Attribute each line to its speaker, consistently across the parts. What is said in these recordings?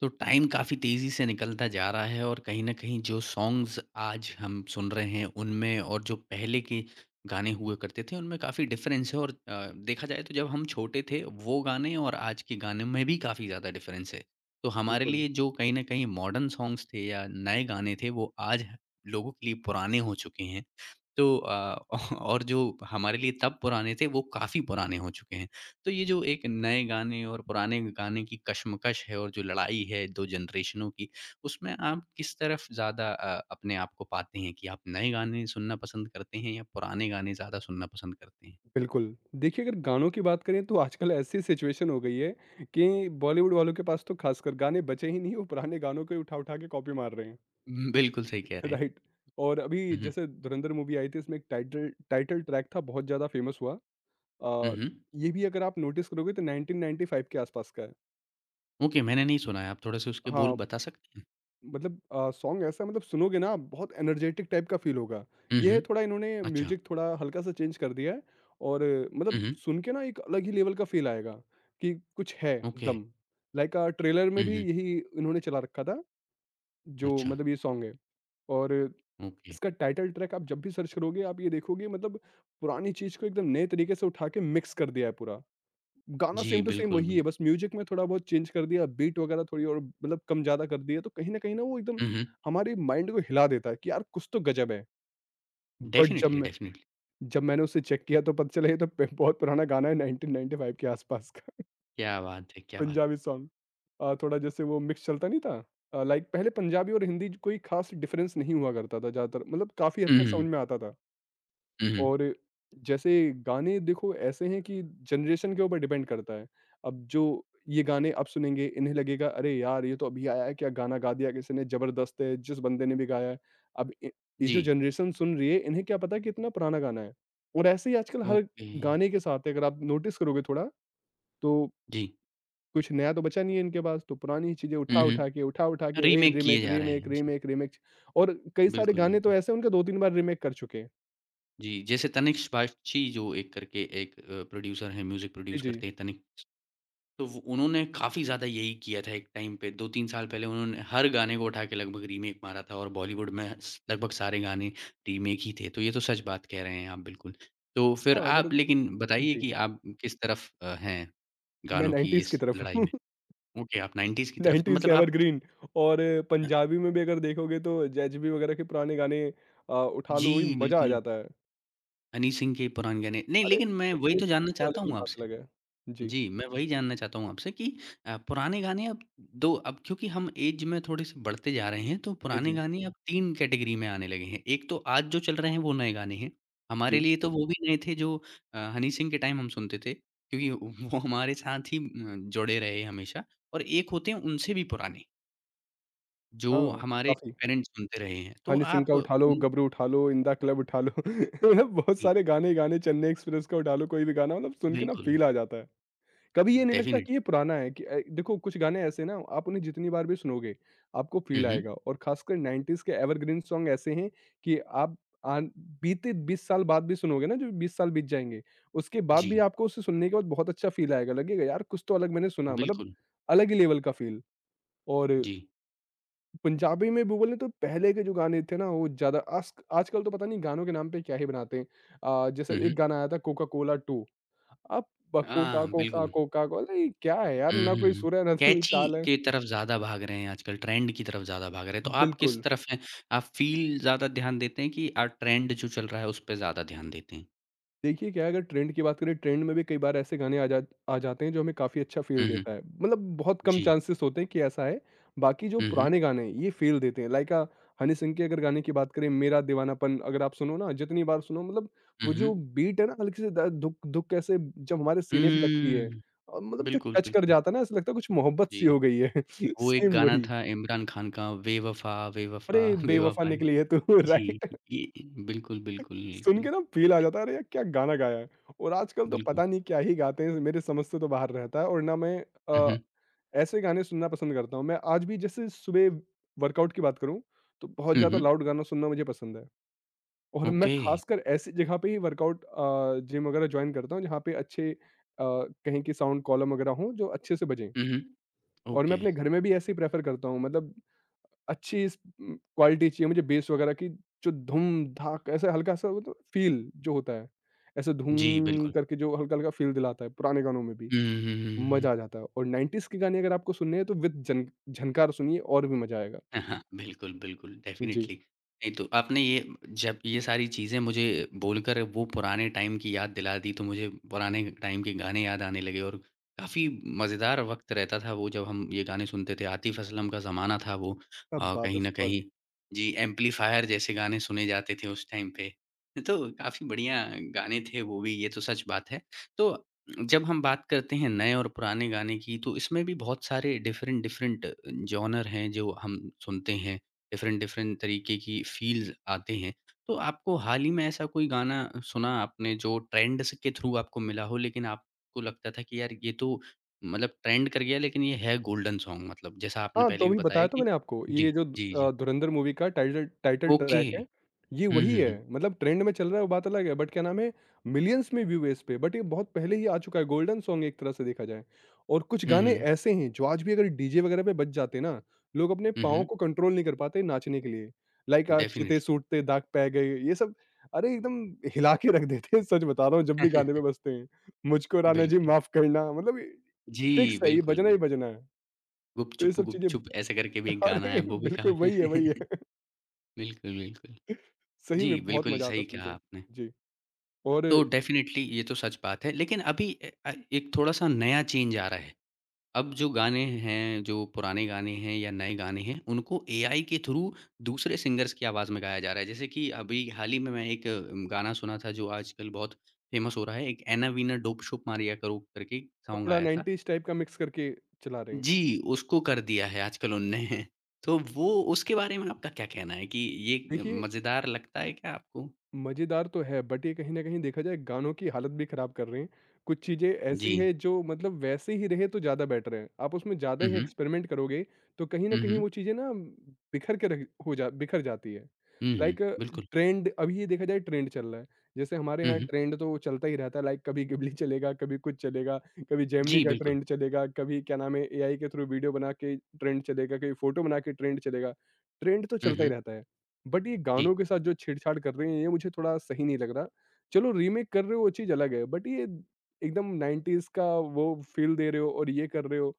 Speaker 1: तो टाइम काफ़ी तेज़ी से निकलता जा रहा है और कहीं न कहीं जो सॉन्ग्स आज हम सुन रहे हैं उनमें और जो पहले के गाने हुआ करते थे उनमें काफ़ी डिफ़रेंस है और देखा जाए तो जब हम छोटे थे वो गाने और आज के गाने में भी काफ़ी ज़्यादा डिफ़रेंस है। तो हमारे
Speaker 2: बिल्कुल,
Speaker 1: लिए जो कहीं न कहीं मॉडर्न सॉन्ग्स थे या नए गाने थे वो आज लोगों के लिए पुराने हो चुके हैं। तो और जो हमारे लिए तब पुराने थे वो काफ़ी पुराने हो चुके हैं। तो ये जो एक नए गाने और पुराने गाने की कशमकश है और जो लड़ाई है 2 जनरेशनों की, उसमें आप किस तरफ ज़्यादा अपने आप को पाते हैं कि आप नए गाने सुनना पसंद करते हैं या पुराने गाने ज़्यादा सुनना पसंद करते हैं?
Speaker 2: बिल्कुल। देखिए, अगर गानों की बात करें तो आजकल ऐसी सिचुएशन हो गई है कि बॉलीवुड वालों के पास तो ख़ासकर गाने बचे ही नहीं, वो पुराने गानों को ही उठा-उठा के कॉपी मार रहे हैं।
Speaker 1: हुँ, बिल्कुल सही कह रहे हैं।
Speaker 2: राइट। और अभी
Speaker 1: हुँ, हुँ।
Speaker 2: जैसे धुरंधर मूवी आई थी, इसमें एक टाइटल टाइटल ट्रैक था, बहुत ज़्यादा फ़ेमस हुआ।
Speaker 1: हुँ,
Speaker 2: अ,
Speaker 1: हुँ।
Speaker 2: ये भी अगर आप नोटिस करोगे तो 1995 के आसपास का है।
Speaker 1: ओके, मैंने नहीं सुना है। आप थोड़े-से उसके बोल
Speaker 2: हाँ।
Speaker 1: बता सकते हैं?
Speaker 2: मतलब सॉन्ग ऐसा, मतलब सुनोगे ना बहुत एनर्जेटिक टाइप का फील होगा।
Speaker 1: हुँ,
Speaker 2: ये है
Speaker 1: हुँ।
Speaker 2: थोड़ा, इन्होंने
Speaker 1: अच्छा।
Speaker 2: म्यूज़िक थोड़ा हल्का-सा चेंज कर दिया है और
Speaker 1: हुँ,
Speaker 2: मतलब
Speaker 1: हुँ।
Speaker 2: सुन के ना एक अलग ही लेवल का फील आएगा कि कुछ है
Speaker 1: ओके।
Speaker 2: दम। लाइक ट्रेलर
Speaker 1: हुँ,
Speaker 2: में भी
Speaker 1: हुँ।
Speaker 2: यही इन्होंने चला रखा था जो
Speaker 1: अच्छा,
Speaker 2: मतलब ये सॉन्ग है, और
Speaker 1: ओके।
Speaker 2: इसका टाइटल ट्रैक आप जब भी सर्च करोगे आप ये देखोगे, मतलब पुरानी चीज़ को एकदम नए तरीके से उठा के मिक्स कर दिया है पूरा। गाना
Speaker 1: जी,
Speaker 2: सेम टू सेम
Speaker 1: बिल्कुल,
Speaker 2: वही
Speaker 1: बिल
Speaker 2: है, बस म्यूज़िक में थोड़ा बहुत चेंज कर दिया, बीट वगैरह थोड़ी और मतलब कम-ज़्यादा कर दिया, तो कहीं न कहीं ना वो एकदम
Speaker 1: हुँ, हुँ।
Speaker 2: हमारे माइंड को हिला देता है कि यार कुछ तो गज़ब है। But
Speaker 1: definitely, definitely.
Speaker 2: जब मैंने उसे चेक किया तो पता चला ये तो प बहुत पुराना गाना है, 1995 के आसपास का
Speaker 1: क्या बात है! क्या बात!
Speaker 2: पंजाबी सॉन्ग। थोड़ा जैसे वो मिक्स चलता नहीं था। लाइक पहले पंजाबी और हिंदी कोई ख़ास डिफरेंस नहीं हुआ करता था, ज़्यादातर मतलब काफ़ी हद
Speaker 1: हुँ,
Speaker 2: तक
Speaker 1: हुँ।
Speaker 2: समझ में आता था।
Speaker 1: हुँ, हुँ।
Speaker 2: और जैसे गाने देखो ऐसे हैं कि जनरेशन के ऊपर डिपेंड करता है। अब जो ये गाने अब सुनेंगे, इन्हें लगेगा अरे यार! ये तो अभी आया है, क्या गाना गा दिया किसी ने, ज़बरदस्त है, जिस बंदे ने भी गाया है। अब इ ये जो
Speaker 1: जी,
Speaker 2: जनरेशन सुन रही है, इन्हें क्या पता है कितना पुराना गाना है। और ऐसे ही आजकल हर
Speaker 1: ओके।
Speaker 2: गाने के साथ है, अगर आप नोटिस करोगे थोड़ा, तो
Speaker 1: जी।
Speaker 2: कुछ नया तो बचा नहीं है इनके पास, तो पुरानी ही चीज़ें
Speaker 1: हुँ,
Speaker 2: उठा-उठा के,
Speaker 1: हुँ।
Speaker 2: उठा-उठा के वही
Speaker 1: रीमेक किए
Speaker 2: रीमेक,
Speaker 1: जा रहे
Speaker 2: रीमेक,
Speaker 1: हैं। जी,
Speaker 2: रीमेक, रीमेक। और कई सारे
Speaker 1: बिल्कुल,
Speaker 2: गाने तो
Speaker 1: बिल्कुल।
Speaker 2: ऐसे हैं उनके 2-3 बार रीमेक कर चुके हैं।
Speaker 1: जी, जैसे तनिष्क बागची जो एक करके एक प्रोड्यूसर हैं, म्यूज़िक
Speaker 2: जी,
Speaker 1: प्रोड्यूस करते
Speaker 2: जी।
Speaker 1: हैं तनिष्क, तो वो उन्होंने काफ़ी ज़्यादा यही किया था एक टाइम पे, 2-3 साल पहले उन्होंने हर गाने को उठा के लगभग रीमेक मारा था और बॉलीवुड में स लगभग सारे गाने रीमेक ही थे, तो ये तो सच बात कह रहे हैं आप बिल्कुल। तो फिर
Speaker 2: हाँ, अगर
Speaker 1: आप लेकिन बताइए
Speaker 2: जी।
Speaker 1: कि आप किस तरफ हैं
Speaker 2: मैं
Speaker 1: गानों की
Speaker 2: 90s की
Speaker 1: इस
Speaker 2: तरफ
Speaker 1: लड़ाई
Speaker 2: हूँ।
Speaker 1: में? ओके, आप 90s की तरफ हैं, तो
Speaker 2: 90s
Speaker 1: मतलब आप
Speaker 2: एवरग्रीन, और
Speaker 1: अ,
Speaker 2: पंजाबी में भी अगर देखोगे तो जैज़बी वगैरह के पुराने गाने उठा
Speaker 1: जी,
Speaker 2: लो, वही मज़ा आ
Speaker 1: बिल्कुल,
Speaker 2: जाता है।
Speaker 1: हनी सिंह के पुराने गाने नहीं
Speaker 2: अरे!
Speaker 1: लेकिन मैं वही
Speaker 2: हनी
Speaker 1: तो
Speaker 2: सिंह की
Speaker 1: जानना
Speaker 2: तो
Speaker 1: चाहता
Speaker 2: अलग ही
Speaker 1: हूँ
Speaker 2: बात
Speaker 1: आपसे।
Speaker 2: अलग है। जी,
Speaker 1: जी, मैं वही जानना चाहता हूँ आपसे कि पुराने गाने अब दो अब क्योंकि हम ऐज में थोड़े-से बढ़ते जा रहे हैं, तो
Speaker 2: जी,
Speaker 1: पुराने
Speaker 2: जी,
Speaker 1: गाने अब 3 कैटेगरी में आने लगे हैं। एक तो आज जो चल रहे हैं, वो नए गाने हैं। हमारे
Speaker 2: जी।
Speaker 1: लिए तो वो भी नए थे जो हनी सिंह के टाइम हम सुनते थे, क्योंकि वो हमारे साथ ही जुड़े रहे हमेशा और एक होते हैं उनसे भी पुराने, जो
Speaker 2: हाँ,
Speaker 1: हमारे
Speaker 2: काफ़ी।
Speaker 1: पेरेंट्स सुनते रहे हैं। तो
Speaker 2: हनी सिंह
Speaker 1: आप
Speaker 2: का उठा लो,
Speaker 1: उन
Speaker 2: गबरू उठा लो, इन द क्लब उठा लो, मतलब बहुत
Speaker 1: जी।
Speaker 2: सारे गाने ही गाने, चेन्नई एक्सप्रेस का उठा लो, कोई भी गाना, मतलब सुन के ना
Speaker 1: बिल्कुल,
Speaker 2: फ़ील आ जाता है। कभी ये नहीं लगता कि ये
Speaker 1: डेफ़िनेटली।
Speaker 2: पुराना है। कि देखो कुछ गाने ऐसे ना आप उन्हें जितनी बार भी सुनोगे आपको
Speaker 1: हुँ,
Speaker 2: फील
Speaker 1: हुँ।
Speaker 2: आएगा, और खासकर 90s के एवरग्रीन सॉन्ग ऐसे हैं कि आप आन- बीते 20 साल बाद भी सुनोगे ना, जो 20 साल बीत जाएंगे उसके बाद भी
Speaker 1: जी,
Speaker 2: आपको उसे सुनने के बाद बहुत अच्छा फील आएगा, लगेगा यार कुछ तो अलग मैंने सुना, मतलब
Speaker 1: बिल्कुल,
Speaker 2: अलग ही लेवल का फील। और
Speaker 1: जी।
Speaker 2: पंजाबी में भी बोले तो पहले के जो गाने थे ना वो ज़्यादा आज आजकल तो पता नहीं गानों के नाम पे क्या ही बनाते हैं। जैसे
Speaker 1: हुँ,
Speaker 2: एक
Speaker 1: हुँ।
Speaker 2: गाना आया था कोका कोला 2। अब कोका
Speaker 1: हाँ,
Speaker 2: कोका
Speaker 1: बिल्कुल।
Speaker 2: कोका कोला ये क्या है यार,
Speaker 1: हुँ,
Speaker 2: ना कोई
Speaker 1: हुँ।
Speaker 2: सुर है ना तो कोई
Speaker 1: कैची
Speaker 2: ताल है।
Speaker 1: की तरफ ज़्यादा भाग रहे हैं आजकल, ट्रेंड की तरफ ज़्यादा भाग रहे हैं, तो आप किस
Speaker 2: बिल्कुल।
Speaker 1: तरफ हैं? आप फ़ील ज़्यादा ध्यान देते हैं कि ट्रेंड जो चल रहा है, उस पे ज़्यादा ध्यान देते हैं?
Speaker 2: देखिए क्या है, अगर ट्रेंड की बात करें, ट्रेंड में भी कई बार ऐसे गाने आ जाते हैं जो हमें काफ़ी अच्छा
Speaker 1: हुँ,
Speaker 2: फ़ील
Speaker 1: हुँ।
Speaker 2: देता है। मतलब बहुत कम
Speaker 1: जी।
Speaker 2: चांसेस होते हैं कि ऐसा है, बाकी जो
Speaker 1: हुँ, हुँ।
Speaker 2: पुराने गाने हैं ये फ़ील देते हैं। लाइक हनी सिंह के अगर गाने की बात करें, मेरा दीवानापन अगर आप सुनो ना, जितनी बार सुनो मतलब
Speaker 1: हुँ,
Speaker 2: वो जो
Speaker 1: हुँ।
Speaker 2: बीट है ना हल्की-सी, द धुक धुक ऐसे जब हमारे सीने पे लगती है,
Speaker 1: हुँ,
Speaker 2: मतलब जो
Speaker 1: बिल्कुल,
Speaker 2: टच कर
Speaker 1: बिल्कुल।
Speaker 2: जाता है ना, ऐसा लगता है कुछ मोहब्बत सी
Speaker 1: जी,
Speaker 2: हो गई है।
Speaker 1: वो एक
Speaker 2: सेम
Speaker 1: गाना
Speaker 2: वही,
Speaker 1: था इमरान खान का बेवफ़ा
Speaker 2: अरे
Speaker 1: बेवफ़ा
Speaker 2: बेवफ़ा
Speaker 1: बेवफ़ा नी।
Speaker 2: निकली है तू।
Speaker 1: जी,
Speaker 2: राइट।
Speaker 1: ये बिल्कुल, बिल्कुल,
Speaker 2: सुन
Speaker 1: बिल्कुल।
Speaker 2: के ना फ़ील आ जाता है, अरे यार क्या गाना गाया है। और आजकल तो
Speaker 1: बिल्कुल।
Speaker 2: पता नहीं क्या ही गाते हैं, मेरे समझ से तो बाहर रहता है, और ना मैं
Speaker 1: हुँ,
Speaker 2: अ,
Speaker 1: हुँ।
Speaker 2: ऐसे गाने सुनना पसंद करता हूँ। मैं आज भी जैसे सुबह वर्कआउट की बात करूँ, तो बहुत
Speaker 1: हुँ,
Speaker 2: ज़्यादा
Speaker 1: हुँ।
Speaker 2: लाउड गाना सुनना मुझे पसंद है, और मैं
Speaker 1: ओके।
Speaker 2: खासकर ऐसी जगह पे ही वर्कआउट जिम वगैरह जॉइन करता हूँ, जहाँ पे अच्छे कहीं की साउंड कॉलम वगैरह हों, जो अच्छे से बजें।
Speaker 1: हुँ, हुँ।
Speaker 2: और मैं
Speaker 1: ओके।
Speaker 2: अपने घर में भी ऐसे ही प्रेफ़र करता हूँ, मतलब अच्छी क्वालिटी चाहिए मुझे, बेस वगैरह की जो धूम-धाक, ऐसा हल्का-सा वो तो फ़ील जो होता है, ऐसे
Speaker 1: जी,
Speaker 2: धूम
Speaker 1: बिल्कुल।
Speaker 2: करके जो हल्का-हल्का फ़ील दिलाता है, पुराने गानों में भी
Speaker 1: हुँ, हुँ, हुँ, हुँ, हुँ।
Speaker 2: मज़ा आ जाता है। और 90s के गाने अगर आपको सुनने हैं तो विद जन झनकार सुनिए, और भी मज़ा आएगा।
Speaker 1: हाँ, हाँ। बिल्कुल, बिल्कुल,
Speaker 2: जी,
Speaker 1: डेफ़िनिटली। नहीं, तो आपने ये जब ये सारी चीज़ें मुझे बोलकर वो पुराने टाइम की याद दिला दी, तो मुझे पुराने टाइम के गाने याद आने लगे और काफ़ी मज़ेदार वक़्त रहता था वो, जब हम ये गाने सुनते थे। आतिफ़ असलम का ज़माना था वो
Speaker 2: क्या बात है!
Speaker 1: कहीं न
Speaker 2: सुपर।
Speaker 1: कहीं। जी, एम्पलीफायर जैसे गाने सुने जाते थे उस टाइम पे। तो काफ़ी बढ़िया गाने थे वो भी, ये तो सच बात है। तो जब हम बात करते हैं नए और पुराने गाने की तो इसमें भी बहुत सारे डिफरेंट डिफरेंट जॉनर हैं जो हम सुनते हैं, डिफरेंट डिफरेंट तरीके की फ़ील्स आते हैं। तो आपको हाल ही में ऐसा कोई गाना सुना आपने जो ट्रेंड्स के थ्रू आपको मिला हो लेकिन आपको लगता था कि यार ये तो मतलब ट्रेंड कर गया लेकिन ये है गोल्डन सॉन्ग मतलब जैसा आपने
Speaker 2: हाँ,
Speaker 1: पहले
Speaker 2: तो
Speaker 1: भी
Speaker 2: अभी
Speaker 1: बताया
Speaker 2: बताया तो
Speaker 1: कि
Speaker 2: मैंने आपको, ये
Speaker 1: जी,
Speaker 2: जो
Speaker 1: जी, जी।
Speaker 2: धुरंधर मूवी का टाइटल टाइटल
Speaker 1: ओके।
Speaker 2: ट्रैक है,
Speaker 1: हुँ,
Speaker 2: ये वही
Speaker 1: हुँ,
Speaker 2: है।
Speaker 1: हुँ।
Speaker 2: मतलब ट्रेंड में चल रहा है वो बात अलग है, बट क्या नाम है, मिलियंस में व्यू है इस पे, बट ये बहुत पहले ही आ चुका है, गोल्डन सॉन्ग है एक तरह से देखा जाए। और कुछ
Speaker 1: हुँ,
Speaker 2: गाने
Speaker 1: हुँ।
Speaker 2: ऐसे हैं जो आज भी अगर डीजे वगैरह पे बज जाते ना, लोग अपने
Speaker 1: हुँ,
Speaker 2: पाँव
Speaker 1: हुँ।
Speaker 2: को कंट्रोल नहीं कर पाते नाचने के लिए। Like चिते
Speaker 1: definitely.
Speaker 2: सूटते दाग पै गए, ये सब अरे एकदम हिला के रख देते हैं, सच बता रहा हूँ जब भी गाने पे बजते हैं। मुझको राणा जी
Speaker 1: बिल्कुल।
Speaker 2: माफ़ करना, मतलब ये
Speaker 1: जी,
Speaker 2: फिक्स है, ये
Speaker 1: बिल्कुल,
Speaker 2: बजना ही
Speaker 1: बिल्कुल।
Speaker 2: बजना है। तो ये
Speaker 1: गुपचुप
Speaker 2: सब चीज़ें
Speaker 1: गुपचुप ऐसे करके भी एक गाना है,
Speaker 2: अरे!
Speaker 1: वो भी
Speaker 2: बिल्कुल
Speaker 1: काफ़ी
Speaker 2: वही है, वही है।
Speaker 1: बिल्कुल, बिल्कुल।
Speaker 2: सही
Speaker 1: जी,
Speaker 2: में बहुत
Speaker 1: बिल्कुल
Speaker 2: मज़ा आता
Speaker 1: सही
Speaker 2: है सुन
Speaker 1: कहा
Speaker 2: के।
Speaker 1: आपने।
Speaker 2: जी, और
Speaker 1: तो डेफ़िनेटली ये तो सच बात है, लेकिन अभी एक थोड़ा-सा नया चेंज आ रहा है। अब जो गाने हैं, जो पुराने गाने हैं या नए गाने हैं, उनको एआई के थ्रू दूसरे सिंगर्स की आवाज़ में गाया जा रहा है। जैसे कि अभी हाल ही में मैं एक गाना सुना था जो आजकल बहुत फ़ेमस हो रहा है, एक एना वीना डोप शोप मारिया करो करके
Speaker 2: वो
Speaker 1: सॉन्ग
Speaker 2: थोड़ा
Speaker 1: आया था।
Speaker 2: 90s टाइप का मिक्स करके चला रहे हैं।
Speaker 1: जी, उसको कर दिया है आजकल उनने। तो वो उसके बारे में आपका क्या कहना है कि ये
Speaker 2: देखिए
Speaker 1: मज़ेदार लगता है क्या आपको?
Speaker 2: मज़ेदार तो है, बट ये कहीं न कहीं देखा जाए गानों की हालत भी ख़राब कर रहे हैं। कुछ चीज़ें
Speaker 1: जी।
Speaker 2: ऐसी हैं जो मतलब वैसे ही रहे तो ज़्यादा बेटर है। आप उसमें ज़्यादा
Speaker 1: हुँ,
Speaker 2: ही
Speaker 1: हुँ।
Speaker 2: एक्सपेरिमेंट करोगे तो कहीं न
Speaker 1: हुँ,
Speaker 2: कहीं
Speaker 1: हुँ।
Speaker 2: वो चीज़ें ना बिखर के रख हो जा बिखर जाती है।
Speaker 1: हुँ, हुँ।
Speaker 2: लाइक
Speaker 1: बिल्कुल।
Speaker 2: ट्रेंड, अभी ये देखा जाए ट्रेंड चल रहा है। जैसे हमारे
Speaker 1: हुँ,
Speaker 2: यहाँ
Speaker 1: हुँ।
Speaker 2: ट्रेंड तो चलता ही रहता है, लाइक कभी गिबली चलेगा, कभी कुछ चलेगा, कभी जेमिनी
Speaker 1: जी,
Speaker 2: का
Speaker 1: बिल्कुल।
Speaker 2: ट्रेंड चलेगा, कभी क्या नाम है एआई के थ्रू वीडियो बना के ट्रेंड चलेगा, कभी फ़ोटो बना के ट्रेंड चलेगा। ट्रेंड तो
Speaker 1: हुँ,
Speaker 2: चलता ही
Speaker 1: हुँ।
Speaker 2: रहता है। बट ये
Speaker 1: जी।
Speaker 2: गानों के साथ जो छेड़छाड़ कर रहे हैं ये मुझे थोड़ा सही नहीं लग रहा। चलो रीमेक कर रहे हो वो चीज़ अलग है, बट ये एकदम 90s का वो फ़ील दे रहे हो और ये कर रहे हो,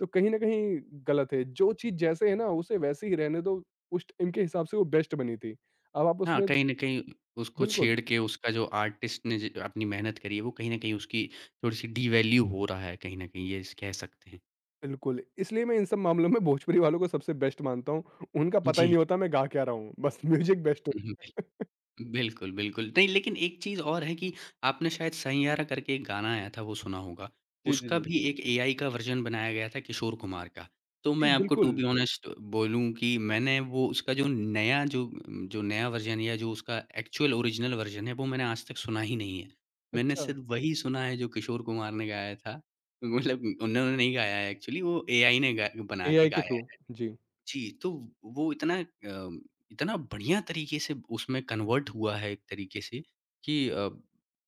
Speaker 2: तो कहीं न कहीं गलत है। जो चीज़ जैसे है ना उसे वैसे ही रहने दो, उस टाइम के हिसाब से वो बेस्ट बनी थी। अब आप
Speaker 1: हाँ,
Speaker 2: उसमें,
Speaker 1: कहीं न कहीं उसको
Speaker 2: बिल्कुल,
Speaker 1: छेड़ के उसका जो आर्टिस्ट ने ज अपनी मेहनत करी है, वो कहीं न कहीं उसकी थोड़ी-सी डिवैल्यू हो रहा है, कहीं न कहीं ये स कह सकते हैं।
Speaker 2: बिल्कुल। इसलिए मैं इन सब मामलों में भोजपुरी वालों को सबसे बेस्ट मानता हूँ। उनका पता ही
Speaker 1: जी।
Speaker 2: नहीं होता मैं गा क्या रहा हूँ, बस म्यूज़िक बेस्ट
Speaker 1: हुँ, हुँ।
Speaker 2: होता है।
Speaker 1: बिल्कुल, बिल्कुल। नहीं, लेकिन एक चीज़ और है कि आपने शायद सैयारा करके एक गाना आया था, वो सुना होगा।
Speaker 2: जी, जी,
Speaker 1: उसका
Speaker 2: जी।
Speaker 1: भी एक एआई का वर्ज़न बनाया गया था किशोर कुमार का। तो
Speaker 2: जी,
Speaker 1: मैं आपको टू
Speaker 2: बिल्कुल।
Speaker 1: बी ऑनेस्ट बोलूँ कि मैंने वो उसका जो नया जो जो नया वर्ज़न या जो उसका एक्चुअल ओरिजिनल वर्ज़न है, वो मैंने आज तक सुना ही नहीं है। मैंने
Speaker 2: अच्छा,
Speaker 1: सिर्फ़ वही सुना है जो किशोर कुमार ने गाया था। मतलब उन्होंने नहीं गाया है एक्चुअली, वो एआई ने गा बना के
Speaker 2: एआई के थ्रू।
Speaker 1: गाया
Speaker 2: जी।
Speaker 1: जी, तो वो इतना बढ़िया तरीके से उसमें कन्वर्ट हुआ है एक तरीके से कि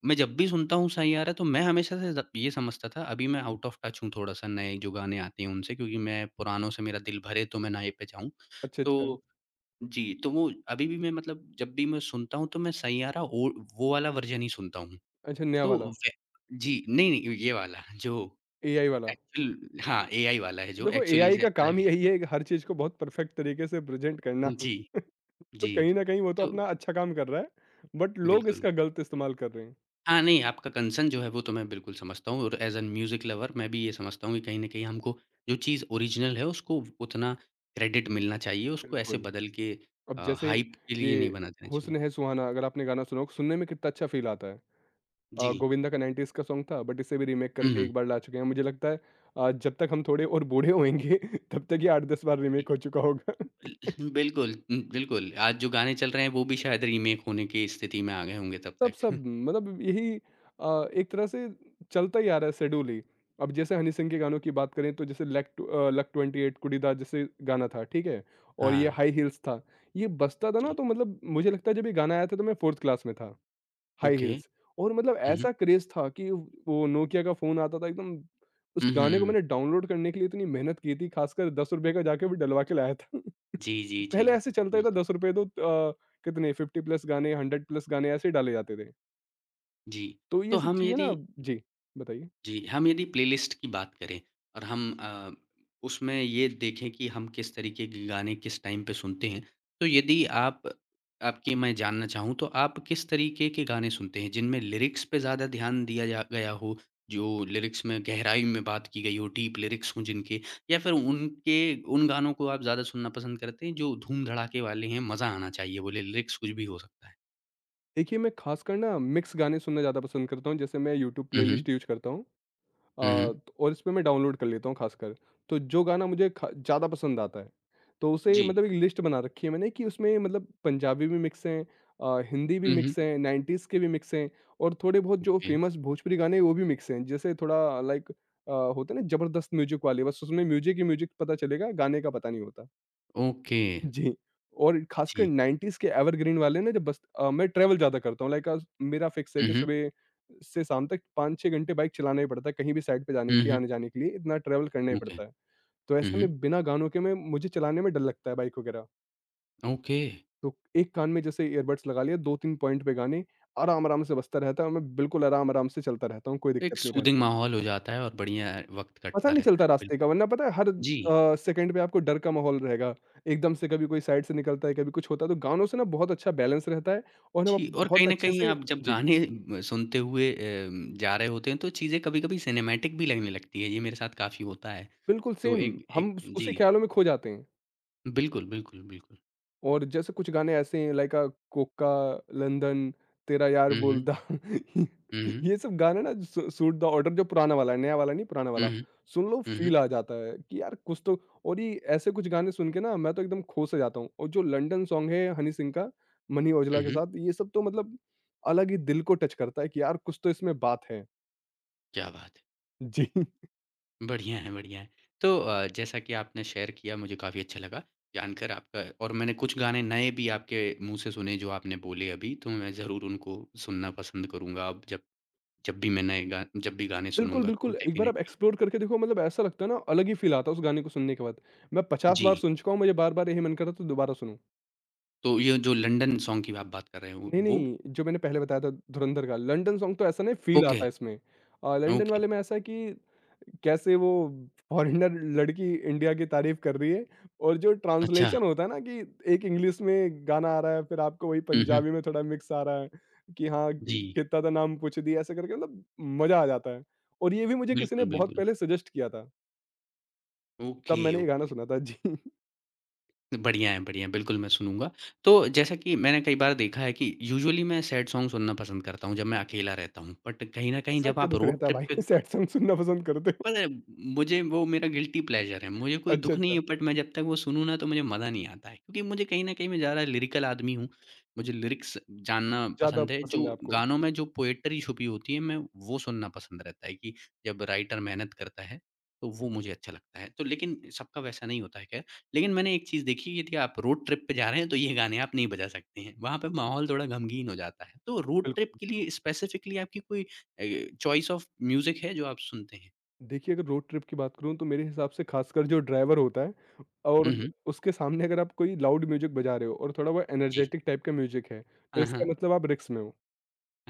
Speaker 1: मैं जब भी सुनता हूँ सैयारा तो मैं हमेशा से ज़ ये समझता था अभी मैं आउट ऑफ टच हूँ थोड़ा-सा नए जो गाने आते हैं उनसे क्योंकि मैं पुरानों से मेरा दिल भरे तो मैं नए पे जाऊँ।
Speaker 2: अच्छा, अच्छा।
Speaker 1: तो जी, तो वो अभी भी मैं मतलब जब भी मैं सुनता हूँ तो मैं सैयारा वो वाला वर्ज़न ही सुनता हूँ।
Speaker 2: अच्छा, नया
Speaker 1: तो
Speaker 2: वाला।
Speaker 1: वे जी, नहीं, नहीं ये वाला जो
Speaker 2: एआई वाला।
Speaker 1: एक्चुअल हाँ, एआई वाला है जो
Speaker 2: देखो
Speaker 1: एक्चुअली
Speaker 2: एआई
Speaker 1: से
Speaker 2: का काम
Speaker 1: अलग
Speaker 2: ही
Speaker 1: है।
Speaker 2: यही है कि हर चीज़ को बहुत परफेक्ट तरीके से प्रेज़ेंट करना।
Speaker 1: जी।
Speaker 2: तो
Speaker 1: जी।
Speaker 2: कहीं न कहीं वो तो
Speaker 1: तो
Speaker 2: अपना अच्छा काम कर रहा है, बट लोग
Speaker 1: बिल्कुल।
Speaker 2: इसका गलत इस्तेमाल कर रहे हैं।
Speaker 1: हाँ, नहीं आपका कंसर्न जो है वो तो मैं बिल्कुल समझता हूँ और एज़ एन म्यूज़िक लवर मैं भी ये समझता हूँ कि कहीं न कहीं हमको जो चीज़ ओरिजिनल है उसको उतना क्रेडिट मिलना चाहिए, उसको ऐसे
Speaker 2: बिल्कुल।
Speaker 1: बदल के
Speaker 2: अब जैसे
Speaker 1: हाइप के
Speaker 2: ये
Speaker 1: लिए नहीं बना देना
Speaker 2: हुस्न
Speaker 1: चाहिए।
Speaker 2: है सुहाना, अगर आपने गाना सुना हो, सुनने में कितना अच्छा फ़ील आता है।
Speaker 1: जी।
Speaker 2: गोविंदा का 90s का सॉन्ग था, बट इसे भी रीमेक
Speaker 1: हुँ,
Speaker 2: करके
Speaker 1: हुँ।
Speaker 2: एक बार ला चुके हैं। मुझे लगता है जब तक हम थोड़े और बूढ़े होएँगे तब तक ये 8-10 बार
Speaker 1: बि
Speaker 2: रीमेक हो चुका होगा।
Speaker 1: बिल्कुल। आज जो गाने चल रहे हैं वो भी शायद रीमेक होने की स्थिति में आ गए होंगे तब
Speaker 2: सब
Speaker 1: तक।
Speaker 2: सब मतलब यही, एक तरह से चलता ही आ रहा है शेड्यूल ही। अब जैसे हनी सिंह के गानों की बात करें तो जैसे लक 28 कुड़ीदा जैसे गाना था, ठीक है। और ये
Speaker 1: हाँ,
Speaker 2: हाई हील्स था, ये बजता था ना,
Speaker 1: जी।
Speaker 2: तो मतलब मुझे लगता है जब ये गाना आया था तो मैं फोर्थ क्लास में था। High
Speaker 1: okay.
Speaker 2: हील्स। और मतलब
Speaker 1: हुँ, हुँ।
Speaker 2: ऐसा क्रेज था कि वो नोकिया का फोन आता था एकदम, उस
Speaker 1: हुँ, हुँ,
Speaker 2: गाने को
Speaker 1: हुँ।
Speaker 2: मैंने डाउनलोड करने के लिए इतनी मेहनत की थी, खासकर 10 रुपए का जाके भी डलवा के लाया था।
Speaker 1: जी, जी, जी।
Speaker 2: पहले ऐसे चलता ही था,
Speaker 1: बिल्कुल।
Speaker 2: 10 रुपए तो कितने 50+ गाने, 100+ गाने ऐसे ही डाले जाते थे।
Speaker 1: जी।
Speaker 2: तो
Speaker 1: तो
Speaker 2: ये सब
Speaker 1: हम
Speaker 2: चीज़ें ना,
Speaker 1: यदि
Speaker 2: जी, बताइए?
Speaker 1: जी, हम यदि प्लेलिस्ट की बात करें और हम उसमें ये देखें कि हम किस तरीके के गाने किस टाइम पे सुनते हैं, तो यदि आप आपकी मैं जानना चाहूँ तो आप किस तरीके के गाने सुनते हैं? जिनमें लिरिक्स पे ज़्यादा ध्यान दिया जा गया हो, जो लिरिक्स में गहराई में बात की गई हो, डीप लिरिक्स हों जिनके या फिर उनके उन गानों को आप ज़्यादा सुनना पसंद करते हैं जो धूम-धड़ाके वाले हैं, मज़ा आना चाहिए बोले लिरिक्स कुछ भी हो सकता है?
Speaker 2: देखिए, मैं खासकर ना मिक्स गाने सुनना ज़्यादा पसंद करता हूँ, जैसे मैं यूट्यूब
Speaker 1: हुँ,
Speaker 2: प्लेलिस्ट
Speaker 1: हुँ।
Speaker 2: यूज़ करता हूँ। अ,
Speaker 1: हुँ, हुँ।
Speaker 2: इसमें मैं डाउनलोड कर लेता हूँ खासकर। तो जो गाना मुझे ख ज़्यादा पसंद आता है, तो उसे
Speaker 1: जी।
Speaker 2: मतलब एक लिस्ट बना रखी है मैंने कि उसमें मतलब पंजाबी भी मिक्स हैं, हिंदी भी
Speaker 1: हुँ, हुँ।
Speaker 2: मिक्स हैं, 90s के भी मिक्स हैं और थोड़े बहुत जो
Speaker 1: ओके।
Speaker 2: फेमस भोजपुरी गाने हैं, वो भी मिक्स हैं। जैसे थोड़ा लाइक होते हैं ना ज़बरदस्त म्यूज़िक वाले, बस उसमें म्यूज़िक ही म्यूज़िक पता चलेगा, गाने का पता नहीं होता।
Speaker 1: ओके।
Speaker 2: जी। और खासकर
Speaker 1: जी।
Speaker 2: 90s के एवरग्रीन वाले ना जब बस मैं ट्रैवल ज़्यादा करता हूँ, लाइक मेरा फिक्स है
Speaker 1: हुँ,
Speaker 2: कि
Speaker 1: हुँ।
Speaker 2: सुबह से शाम तक 5-6 घंटे बाइक चलाना ही पड़ता है, कहीं भी साइड पे जाने
Speaker 1: हुँ,
Speaker 2: के लिए,
Speaker 1: हुँ।
Speaker 2: आने-जाने के लिए इतना ट्रैवल करना ही
Speaker 1: ओके।
Speaker 2: पड़ता है। तो
Speaker 1: हुँ,
Speaker 2: ऐसे
Speaker 1: हुँ।
Speaker 2: में बिना गानों के मैं मुझे चलाने में डर लगता है बाइक वगैरह।
Speaker 1: ओके।
Speaker 2: तो एक कान में जैसे ईयरबड्स लगा लिए, 2-3 पॉइंट पे गाने आराम-आराम से बजता रहता है और मैं बिल्कुल आराम-आराम से चलता रहता हूँ, कोई
Speaker 1: एक
Speaker 2: दिक्कत नहीं
Speaker 1: सूदिंग
Speaker 2: रहती।
Speaker 1: माहौल हो जाता है और बढ़िया वक़्त
Speaker 2: पता
Speaker 1: कटता
Speaker 2: नहीं
Speaker 1: रहता
Speaker 2: चलता
Speaker 1: है।
Speaker 2: रास्ते का,
Speaker 1: बिल्कुल।
Speaker 2: वरना पता है हर
Speaker 1: जी।
Speaker 2: सेकंड पे आपको डर का माहौल रहेगा। एकदम से कभी कोई साइड से निकलता है, कभी कुछ होता है, तो गानों से ना बहुत अच्छा बैलेंस रहता है और हम
Speaker 1: जी, और कहीं
Speaker 2: बहुत
Speaker 1: न
Speaker 2: अच्छे
Speaker 1: कहीं
Speaker 2: से।
Speaker 1: आप जब
Speaker 2: जी,
Speaker 1: गाने म सुनते हुए जा रहे होते हैं तो चीज़ें कभी-कभी सिनेमैटिक भी लगने लगती है। ये मेरे साथ काफ़ी होता है।
Speaker 2: बिल्कुल
Speaker 1: तो
Speaker 2: सेम।
Speaker 1: एक
Speaker 2: हम
Speaker 1: एक
Speaker 2: उस
Speaker 1: जी।
Speaker 2: उसी ख़्यालों में खो जाते हैं।
Speaker 1: बिल्कुल, बिल्कुल, बिल्कुल।
Speaker 2: और जैसे कुछ गाने ऐसे हैं, लाइक कोका, लंदन, तेरा यार
Speaker 1: हुँ, हुँ।
Speaker 2: बोलदा
Speaker 1: हुँ, हुँ।
Speaker 2: ये सब गाने ना सू सूट द ऑर्डर, जो पुराना वाला है, नया वाला नहीं पुराना
Speaker 1: हुँ,
Speaker 2: वाला।
Speaker 1: हुँ।
Speaker 2: सुन लो
Speaker 1: हुँ, हुँ।
Speaker 2: फील आ जाता है कि यार कुछ तो। और ये ऐसे कुछ गाने सुन के ना मैं तो एकदम खो सा जाता हूँ, और जो लंदन सॉन्ग है हनी सिंह का, मनी औजला
Speaker 1: हुँ,
Speaker 2: के
Speaker 1: हुँ।
Speaker 2: साथ, ये सब तो मतलब अलग ही दिल को टच करता है कि यार कुछ तो इसमें बात है।
Speaker 1: क्या बात!
Speaker 2: जी।
Speaker 1: बढ़िया है, बढ़िया है। तो जैसा कि आपने शेयर किया मुझे काफ़ी अच्छा लगा जानकर आपका और मैंने कुछ गाने नए भी आपके मुँह से सुने जो आपने बोले अभी, तो मैं ज़रूर उनको सुनना पसंद करूँगा अब जब जब भी मैं नए गा जब भी गाने
Speaker 2: बिल्कुल,
Speaker 1: सुनूँगा तो
Speaker 2: बिल्कुल। एक बार आप
Speaker 1: डेफ़िनिटली।
Speaker 2: एक्सप्लोर करके देखो, मतलब ऐसा लगता है ना अलग ही फील आता है उस गाने को सुनने के बाद। मैं 50 बार
Speaker 1: जी,
Speaker 2: सुन चुका हूँ, मुझे बार-बार यही मन कर रहा था दोबारा सुनूँ।
Speaker 1: तो ये जो लंदन सॉन्ग की आप बात कर रहे हो
Speaker 2: नहीं,
Speaker 1: वो?
Speaker 2: नहीं, जो मैंने पहले बताया था धुरंधर का, लंदन सॉन्ग तो ऐसा नहीं फ़ील
Speaker 1: ओके,
Speaker 2: आता है इसमें। London
Speaker 1: okay.
Speaker 2: वाले में ऐसा है कि कैसे वो फ़ॉरेनर लड़की इंडिया की तारीफ़ कर रही है, और जो
Speaker 1: अच्छा।
Speaker 2: ट्रांसलेशन होता है ना कि एक इंग्लिश में गाना आ रहा है, फिर आपको वही
Speaker 1: हुँ, हुँ।
Speaker 2: पंजाबी में थोड़ा मिक्स आ रहा है कि हाँ,
Speaker 1: जी,
Speaker 2: कित्ता दा नाम पूछ दिया, ऐसे करके मतलब मज़ा आ जाता है। और ये भी मुझे किसी ने
Speaker 1: बिल्कुल,
Speaker 2: बहुत
Speaker 1: बिल्कुल।
Speaker 2: पहले सजेस्ट किया था, तब
Speaker 1: ओके,
Speaker 2: मैंने ये गाना
Speaker 1: ओके।
Speaker 2: सुना था। जी।
Speaker 1: बढ़िया है, बढ़िया है। बिल्कुल, मैं सुनूँगा। तो जैसा कि मैंने कई बार देखा है कि यूजुअली मैं सैड सॉन्ग सुनना पसंद करता हूँ जब मैं अकेला रहता हूँ। बट कहीं न कहीं
Speaker 2: ऐसा
Speaker 1: जब
Speaker 2: क्या
Speaker 1: आप
Speaker 2: दुःख
Speaker 1: रोड
Speaker 2: रहता है
Speaker 1: ट्रिप
Speaker 2: भाई,
Speaker 1: पे
Speaker 2: सैड सॉन्ग सुनना पसंद करते हो?
Speaker 1: पता है मुझे वो मेरा गिल्टी प्लेज़र है। मुझे कोई
Speaker 2: अच्छा,
Speaker 1: दुःख नहीं है
Speaker 2: अच्छा,
Speaker 1: बट मैं जब तक वो सुनूँ ना तो मुझे मज़ा नहीं आता है। क्योंकि मुझे कहीं न कहीं मैं ज़्यादा लिरिकल आदमी हूँ। मुझे लिरिक्स जानना
Speaker 2: ज़्यादा
Speaker 1: पसंद है। जो
Speaker 2: पसंद है आपको।
Speaker 1: गानों में जो पोएट्री छुपी होती है मैं वो सुनना पसंद रहता है कि जब राइटर मेहनत करता है तो वो मुझे अच्छा लगता है। तो लेकिन सबका वैसा नहीं होता है ख़ैर। लेकिन मैंने एक चीज़ देखी यदि आप रोड ट्रिप पे जा रहे हैं तो ये गाने आप नहीं बजा सकते हैं। वहाँ पे माहौल थोड़ा ग़मगीन हो जाता है। तो रोड ट्रिप
Speaker 2: बिल्कुल।
Speaker 1: के लिए स्पेसिफ़िकली आपकी कोई चॉइस ऑफ म्यूज़िक है जो आप सुनते हैं?
Speaker 2: देखिए, अगर रोड ट्रिप की बात करूँ तो मेरे हिसाब से ख़ासकर जो ड्राइवर होता है, और
Speaker 1: हुँ, हुँ।
Speaker 2: उसके सामने अगर आप कोई लाउड म्यूज़िक बजा रहे हो और थोड़ा बहुत
Speaker 1: जी।
Speaker 2: एनर्जेटिक टाइप का म्यूज़िक है, तो
Speaker 1: हाँ, हाँ।
Speaker 2: इसका मतलब आप रिस्क में हो।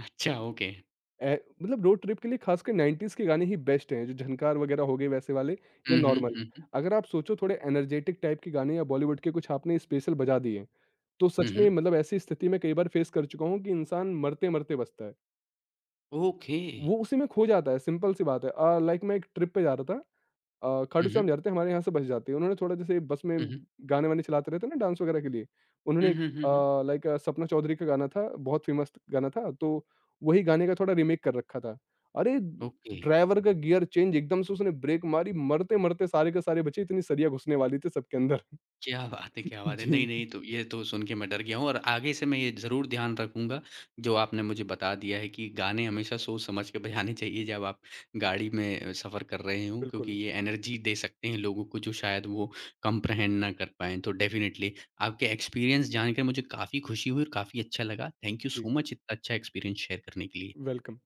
Speaker 1: अच्छा, ओके।
Speaker 2: ए मतलब रोड ट्रिप के लिए ख़ासकर 90s के गाने ही बेस्ट हैं, जो झनकार वगैरह हो गए वैसे वाले या
Speaker 1: हुँ, हुँ,
Speaker 2: नॉर्मल।
Speaker 1: हुँ, हुँ।
Speaker 2: अगर आप सोचो थोड़े एनर्जेटिक टाइप के गाने या बॉलीवुड के कुछ आपने स्पेशल बजा दिए, तो
Speaker 1: हुँ,
Speaker 2: सच में
Speaker 1: हुँ।
Speaker 2: मतलब ऐसी स्थिति मैं कई बार फ़ेस कर चुका हूँ कि इंसान मरते-मरते बचता है।
Speaker 1: ओके।
Speaker 2: वो उसी में खो जाता है, सिंपल सी बात है। लाइक मैं एक ट्रिप पे जा रहा था,
Speaker 1: हुँ,
Speaker 2: खाटू श्याम
Speaker 1: हुँ।
Speaker 2: जा रहे थे, हमारे यहाँ से बस जाती है। उन्होंने थोड़ा जैसे बस में
Speaker 1: हुँ, हुँ।
Speaker 2: गाने-वाने चलाते रहते हैं ना डांस वगैरह के लिए,
Speaker 1: हुँ,
Speaker 2: उन्होंने एक
Speaker 1: हुँ, हुँ, हुँ।
Speaker 2: लाइक सपना चौधरी का गाना था, बहुत फेमस गाना था, तो वही गाने का थोड़ा रीमेक कर रखा था। अरे!
Speaker 1: ओके।
Speaker 2: ड्राइवर का गियर चेंज एकदम से उसने ब्रेक मारी, मरते-मरते सारे के सारे बचे, इतनी सरियाँ घुसने वाली थी सबके अंदर।
Speaker 1: क्या बात है! क्या बात है! नहीं,
Speaker 2: जी।
Speaker 1: नहीं तो ये तो सुन के मैं डर गया हूँ और आगे से मैं ये ज़रूर ध्यान रखूँगा, जो आपने मुझे बता दिया है कि गाने हमेशा सोच समझ के बजाने चाहिए जब आप गाड़ी में सफ़र कर रहे हों क्योंकि
Speaker 2: बिल्कुल।
Speaker 1: ये एनर्जी दे सकते हैं लोगों को जो शायद वो कम्प्रहेंड ना कर पाएँ। तो डेफ़िनेटली आपके एक्सपीरियंस जानकर मुझे काफ़ी खुशी हुई और काफ़ी अच्छा लगा। थैंक यू सो
Speaker 2: जी।
Speaker 1: मच इतना अच्छा एक्सपीरियंस शेयर करने के लिए।
Speaker 2: वेलकम।